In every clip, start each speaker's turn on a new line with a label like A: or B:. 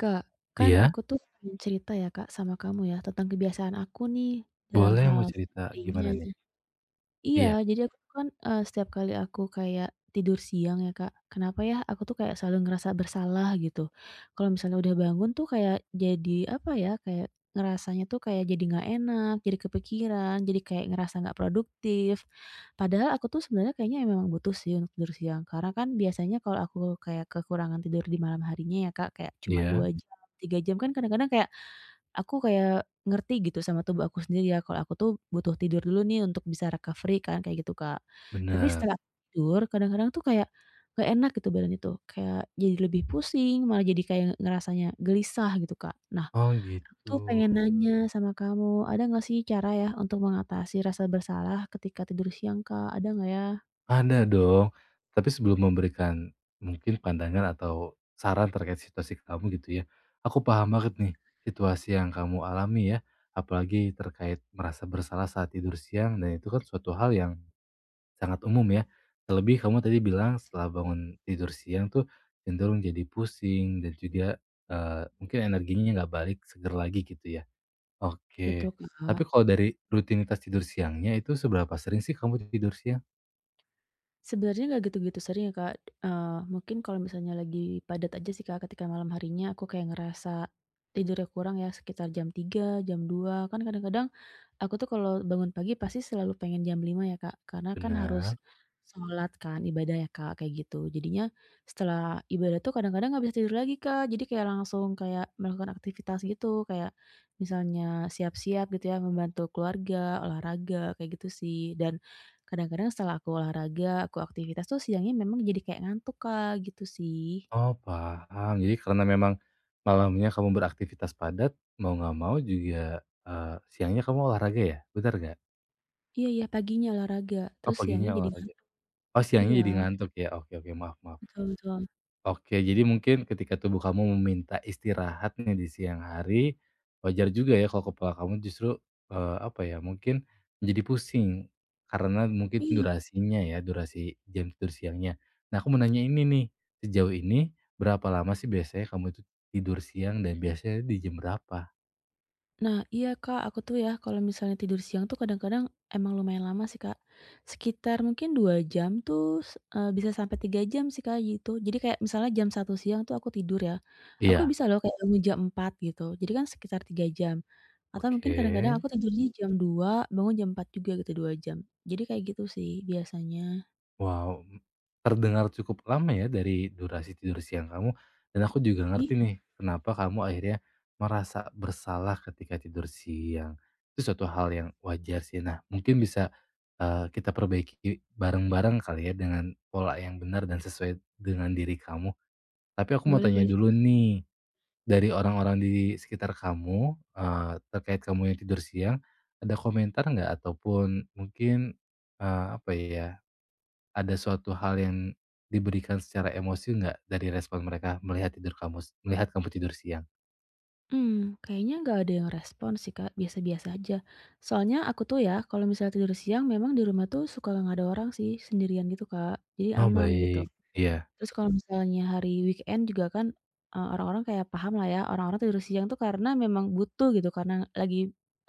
A: Kak, kan
B: Iya,
A: aku tuh pengen cerita ya Kak sama kamu ya tentang kebiasaan aku nih dalam
B: boleh
A: hal
B: mau cerita gimana
A: seharian.
B: nih?
A: Iya,
B: Iya
A: jadi aku kan, setiap kali aku kayak tidur siang ya, Kak, kenapa ya aku tuh kayak selalu ngerasa bersalah gitu. Kalau misalnya udah bangun tuh kayak jadi, apa ya, kayak ngerasanya tuh kayak jadi nggak enak, jadi kepikiran, jadi kayak ngerasa nggak produktif. Padahal aku tuh sebenarnya kayaknya memang butuh sih untuk tidur siang, karena kan biasanya kalau aku kayak kekurangan tidur di malam harinya ya, Kak, kayak cuman
B: iya,
A: 2 jam, 3 jam kan kadang-kadang kayak aku kayak ngerti gitu sama tubuh aku sendiri ya, kalau aku tuh butuh tidur dulu nih untuk bisa recovery kan, kayak gitu, Kak. Tapi
B: bener.
A: setelah aku tidur, kadang-kadang tuh kayak gak enak gitu badan itu, kayak jadi lebih pusing, malah jadi kayak ngerasanya gelisah gitu, Kak. Nah,
B: Oh
A: aku
B: gitu,
A: tuh pengen nanya sama kamu, ada nggak sih cara ya untuk mengatasi rasa bersalah ketika tidur siang, Kak? Ada nggak ya?
B: ada dong. Tapi sebelum memberikan mungkin pandangan atau saran terkait situasi kamu gitu ya, aku paham banget nih situasi yang kamu alami ya, apalagi terkait merasa bersalah saat tidur siang dan itu kan suatu hal yang sangat umum ya. Terlebih kamu tadi bilang setelah bangun tidur siang tuh cenderung jadi pusing dan juga, mungkin energinya nggak balik seger lagi gitu ya. Oke.
A: Betul,
B: Tapi
A: Kak.
B: kalau dari rutinitas tidur siangnya itu seberapa sering sih kamu tidur siang?
A: Sebenarnya nggak gitu-gitu sering ya, Kak, mungkin kalau misalnya lagi padat aja sih, Kak, ketika malam harinya aku kayak ngerasa tidurnya kurang ya sekitar jam tiga, jam dua kan kadang-kadang aku tuh kalau bangun pagi pasti selalu pengen jam lima ya, Kak, karena kan harus
B: Benar.
A: sholat kan, ibadah ya, Kak, kayak gitu. Jadinya setelah ibadah tuh kadang-kadang nggak bisa tidur lagi, Kak, jadi kayak langsung kayak melakukan aktivitas gitu, kayak misalnya siap-siap gitu ya, membantu keluarga, olahraga, kayak gitu sih. Dan kadang-kadang setelah aku olahraga, aku aktivitas tuh siangnya memang jadi kayak ngantuk, Kak, gitu sih.
B: Oh, paham. Jadi karena memang malamnya kamu beraktivitas padat, mau nggak mau juga, siangnya kamu olahraga ya? Benar nggak?
A: Iya iya, paginya olahraga,
B: Oh,
A: terus siangnya
B: paginya
A: jadi
B: olahraga.
A: ngantuk.
B: Oh, siangnya
A: Iya,
B: jadi ngantuk ya? Oke oke, maaf maaf.
A: betul betul.
B: Oke, jadi mungkin ketika tubuh kamu meminta istirahat nih di siang hari, wajar juga ya kalau kepala kamu justru, apa ya, mungkin menjadi pusing karena mungkin
A: Iya.
B: durasinya ya, durasi jam tidur siangnya. Nah, aku mau nanya ini nih, sejauh ini berapa lama sih biasanya kamu itu tidur siang dan biasanya di jam berapa?
A: Nah, iya Kak, aku tuh ya kalau misalnya tidur siang tuh kadang-kadang emang lumayan lama sih Kak. Sekitar mungkin 2 jam tuh, bisa sampai 3 jam sih Kak, gitu. Jadi kayak misalnya jam satu siang tuh aku tidur ya, aku
B: Iya,
A: bisa loh kayak bangun jam 4 gitu, jadi kan sekitar 3 jam. Atau mungkin kadang-kadang
B: oke.
A: aku tidurnya jam 2 bangun jam 4 juga gitu, 2 jam. Jadi kayak gitu sih biasanya.
B: Wow, terdengar cukup lama ya dari durasi tidur siang kamu, dan aku juga ngerti
A: Iya,
B: nih kenapa kamu akhirnya merasa bersalah ketika tidur siang. Itu suatu hal yang wajar sih. Nah, mungkin bisa kita perbaiki bareng-bareng kali ya dengan pola yang benar dan sesuai dengan diri kamu. Tapi aku mau
A: boleh
B: tanya
A: boleh.
B: dulu nih, dari orang-orang di sekitar kamu terkait kamu yang tidur siang, ada komentar nggak ataupun mungkin apa ya? Ada suatu hal yang diberikan secara emosi nggak dari respon mereka melihat tidur kamu s melihat kamu tidur siang?
A: Hmm, kayaknya nggak ada yang respon sih, Kak, biasa-biasa aja. Soalnya aku tuh ya kalau misalnya tidur siang memang di rumah tuh suka nggak ada orang sih, sendirian gitu, Kak, jadi
B: Oh
A: aman gitu.
B: baik, iya,
A: Terus kalau misalnya hari weekend juga kan, orang-orang kayak paham lah ya, orang-orang tidur siang tuh karena memang butuh gitu, karena lagi,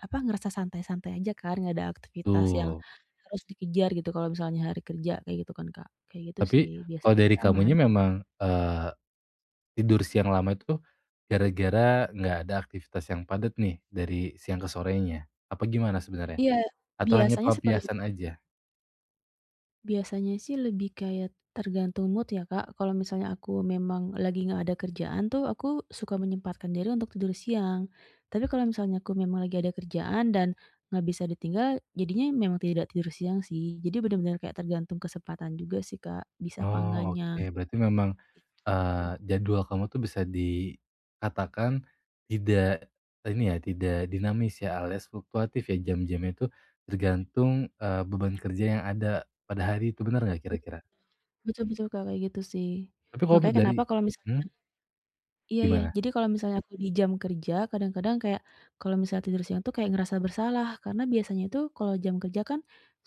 A: apa, ngerasa santai-santai aja kan, nggak ada aktivitas yang
B: tuh.
A: harus dikejar gitu kalau misalnya hari kerja, kayak gitu kan, Kak. Kayak gitu sih,
B: Tapi kalau dari
A: biasanya aman.
B: kamunya memang, tidur siang lama itu gara-gara nggak ada aktivitas yang padat nih dari siang ke sorenya? Apa gimana sebenarnya?
A: Iya,
B: Atau hanya
A: biasanya seperti itu.
B: pelampiasan aja?
A: Biasanya sih lebih kayak tergantung mood ya, Kak. Kalau misalnya aku memang lagi nggak ada kerjaan tuh, aku suka menyempatkan diri untuk tidur siang. Tapi kalau misalnya aku memang lagi ada kerjaan dan nggak bisa ditinggal, jadinya memang tidak tidur siang sih. Jadi benar-benar kayak tergantung kesempatan juga sih, Kak, bisa apa
B: Oh oke,
A: enggaknya.
B: berarti memang
A: Oh.
B: Jadwal kamu tuh bisa dikatakan tidak ini ya, tidak dinamis ya, alias fluktuatif ya jam-jamnya itu tergantung, beban kerja yang ada pada hari itu, benar nggak
A: Betul
B: kira-kira?
A: betul betul, Kak, kayak gitu sih.
B: Tapi kalau
A: Makanya
B: dari
A: kenapa kalau misalnya
B: hmm,
A: iya iya,
B: gimana?
A: jadi kalau misalnya aku di jam kerja, kadang-kadang kayak kalau misalnya tidur siang tuh kayak ngerasa bersalah, karena biasanya itu kalau jam kerja kan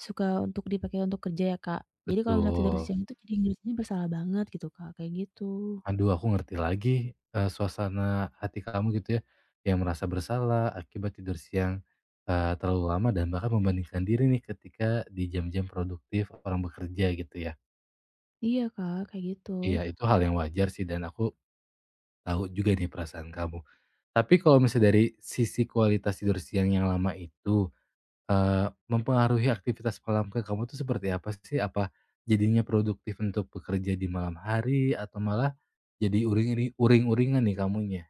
A: suka dipakai untuk kerja ya, Kak. Jadi kalau misalnya tidur
B: Betul.
A: siang itu jadi ngerasanya bersalah banget gitu, Kak, kayak gitu.
B: Aduh aku ngerti lagi, suasana hati kamu gitu ya, yang merasa bersalah akibat tidur siang, terlalu lama dan bahkan membandingkan diri nih ketika di jam-jam produktif orang bekerja gitu ya.
A: Iya, Kak, kayak gitu.
B: Iya, itu hal yang wajar sih dan aku tahu juga nih perasaan kamu. Tapi kalau misalnya dari sisi kualitas tidur siang yang lama itu, mempengaruhi aktivitas malam ke kamu tuh seperti apa sih? Apa jadinya produktif untuk bekerja di malam hari atau malah jadi uring uringan nih kamunya?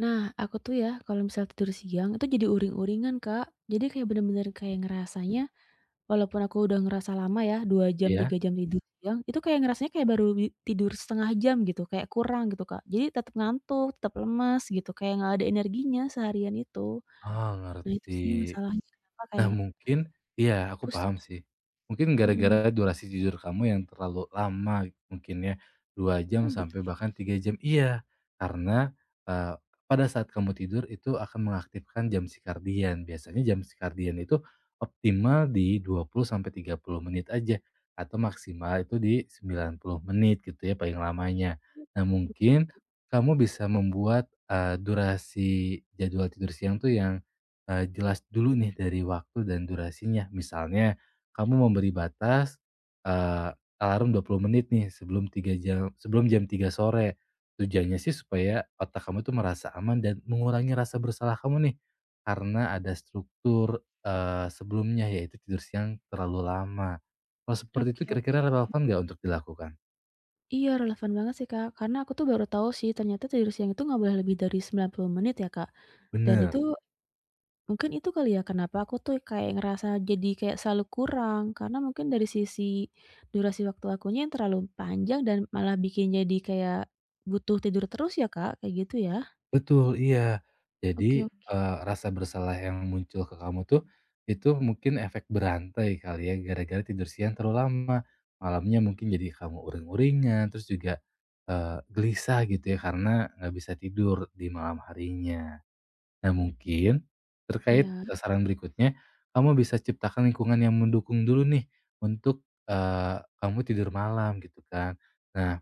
A: Nah, aku tuh ya kalau misalnya tidur siang itu jadi uring-uringan, Kak. Jadi kayak bener-bener kayak ngerasanya walaupun aku udah ngerasa lama ya, 2 jam,
B: Ya,
A: 3 jam tidur siang, itu kayak ngerasanya kayak baru tidur setengah jam gitu, kayak kurang gitu, Kak. Jadi tetap ngantuk, tetap lemas gitu, kayak nggak ada energinya seharian itu.
B: oh,
A: Nah itu sih
B: ngerti.
A: masalahnya kenapa
B: Nah
A: kayak
B: mungkin iya aku
A: pusing
B: paham sih. Mungkin
A: mhm.
B: gara-gara durasi tidur kamu yang terlalu lama mungkin ya, 2 jam
A: Oh gitu
B: sampai
A: ya?
B: bahkan 3 jam. Iya, karena, eee, pada saat kamu tidur itu akan mengaktifkan jam sirkadian. Biasanya jam sirkadian itu optimal di 20 sampai 30 menit aja, atau maksimal itu di 90 menit gitu ya paling lamanya. Nah mungkin kamu bisa membuat, durasi jadwal tidur siang tuh yang jelas dulu nih dari waktu dan durasinya. Misalnya kamu memberi batas, eee, alarm 20 menit nih sebelum 3 jam sebelum jam 3 sore. Tujuannya sih supaya otak kamu tuh merasa aman dan mengurangi rasa bersalah kamu nih, karena ada struktur, sebelumnya yaitu tidur siang terlalu lama. Kalau seperti
A: Oke
B: itu
A: oke.
B: kira-kira relevan nggak untuk dilakukan?
A: Iya relevan banget sih, Kak, karena aku tuh baru tahu sih ternyata tidur siang itu nggak boleh lebih dari 90 menit ya, Kak. Dan
B: Bener.
A: itu mungkin itu kali ya kenapa aku tuh kayak ngerasa jadi kayak selalu kurang, karena mungkin dari sisi durasi waktu akunya yang terlalu panjang dan malah bikin jadi kayak butuh tidur terus ya, Kak, kayak gitu ya?
B: Betul, iya.
A: Oke
B: Jadi,
A: oke.
B: Rasa bersalah yang muncul ke kamu tuh, itu mungkin efek berantai kali ya, gara-gara tidur siang terlalu lama. Malamnya mungkin jadi kamu uring-uringan, terus juga, gelisah gitu ya, karena nggak bisa tidur di malam harinya. Nah mungkin, terkait,
A: ya
B: saran berikutnya, kamu bisa ciptakan lingkungan yang mendukung dulu nih, untuk, kamu tidur malam gitu kan. Nah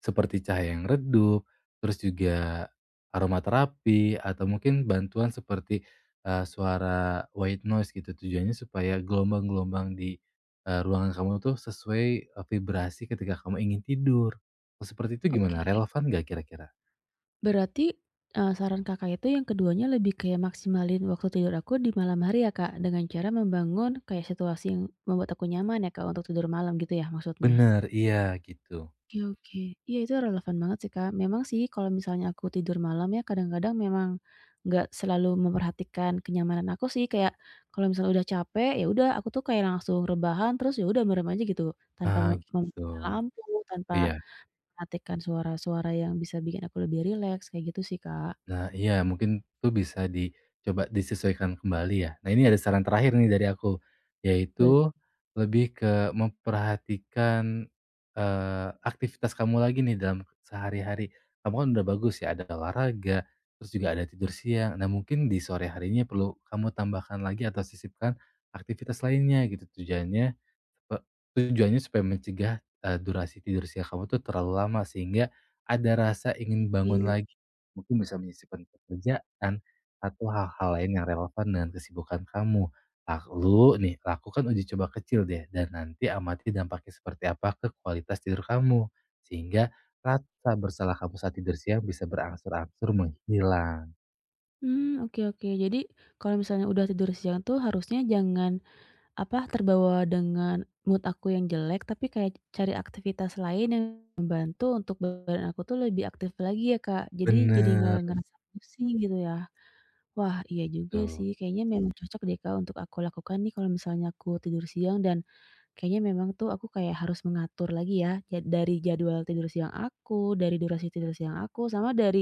B: seperti cahaya yang redup, terus juga aromaterapi, atau mungkin bantuan seperti, suara white noise gitu. Tujuannya supaya gelombang-gelombang di, ruangan kamu tuh sesuai, vibrasi ketika kamu ingin tidur. Kalau seperti itu
A: oke.
B: gimana, relevan nggak kira-kira?
A: Berarti, saran Kakak itu yang keduanya lebih kayak maksimalin waktu tidur aku di malam hari ya, Kak, dengan cara membangun kayak situasi yang membuat aku nyaman ya, Kak, untuk tidur malam gitu ya maksudnya?
B: Bener, iya gitu.
A: Oke oke. Iya itu relevan banget sih, Kak. Memang sih kalau misalnya aku tidur malam ya kadang-kadang memang nggak selalu memperhatikan kenyamanan aku sih, kayak kalau misalnya udah capek, ya udah aku tuh kayak langsung rebahan terus ya udah merem aja gitu, tanpa
B: Nah gitu.
A: mematikan lampu, tanpa
B: Iya.
A: mematikan suara-suara yang bisa bikin aku lebih rileks, kayak gitu sih, Kak.
B: Nah iya, mungkin tuh bisa dicoba disesuaikan kembali ya. Nah ini ada saran terakhir nih dari aku,
A: Boleh
B: yaitu lebih ke memperhatikan, aktivitas kamu lagi nih dalam sehari-hari. Kamu kan udah bagus ya, ada olahraga, terus juga ada tidur siang. Nah mungkin di sore harinya perlu kamu tambahkan lagi atau sisipkan aktivitas lainnya gitu, pe tujuannya supaya mencegah, durasi tidur siang kamu tuh terlalu lama, sehingga ada rasa ingin bangun
A: sih.
B: lagi. Mungkin bisa menyisipkan pekerjaan atau hal-hal lain yang relevan dengan kesibukan kamu. Lalu nih, lakukan uji coba kecil deh dan nanti amati dampaknya seperti apa ke kualitas tidur kamu. Sehingga rasa bersalah kamu saat tidur siang bisa berangsur-angsur menghilang.
A: Mmm, oke oke. Jadi kalau misalnya udah tidur siang tuh harusnya jangan apa, terbawa dengan mood aku yang jelek, tapi kayak cari aktivitas lain yang membantu untuk badan aku tuh lebih aktif lagi ya, Kak. Jadi nggak
B: Bener,
A: ngerasa pusing gitu ya. Wah, iya juga
B: betul.
A: sih, kayaknya memang cocok deh, Kak, untuk aku lakukan nih kalau misalnya aku tidur siang dan kayaknya memang tuh aku kayak harus mengatur lagi ya, dari jadwal tidur siang aku, dari durasi tidur siang aku, sama dari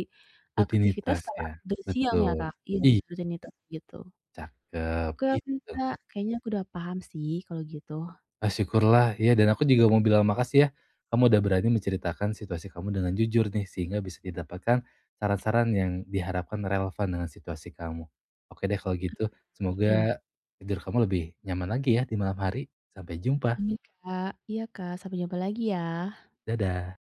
A: aktivitas
B: Rutinitas
A: setelah
B: ya?
A: aku tidur siang ya,
B: Betul.
A: Kak. Iya,
B: Ih,
A: rutinitas gitu.
B: cakep,
A: Oke oke,
B: gitu.
A: Kak, kayaknya aku udah paham sih kalau gitu.
B: Ah, syukurlah, iya dan aku juga mau bilang makasih ya, kamu udah berani menceritakan situasi kamu dengan jujur nih, sehingga bisa didapatkan saran-saran yang diharapkan relevan dengan situasi kamu. Oke deh kalau gitu,
A: Amin.
B: semoga tidur kamu lebih nyaman lagi ya di malam hari. Sampai jumpa,
A: Amin, Kak. Iya, Kak. Sampai jumpa lagi ya.
B: dadah.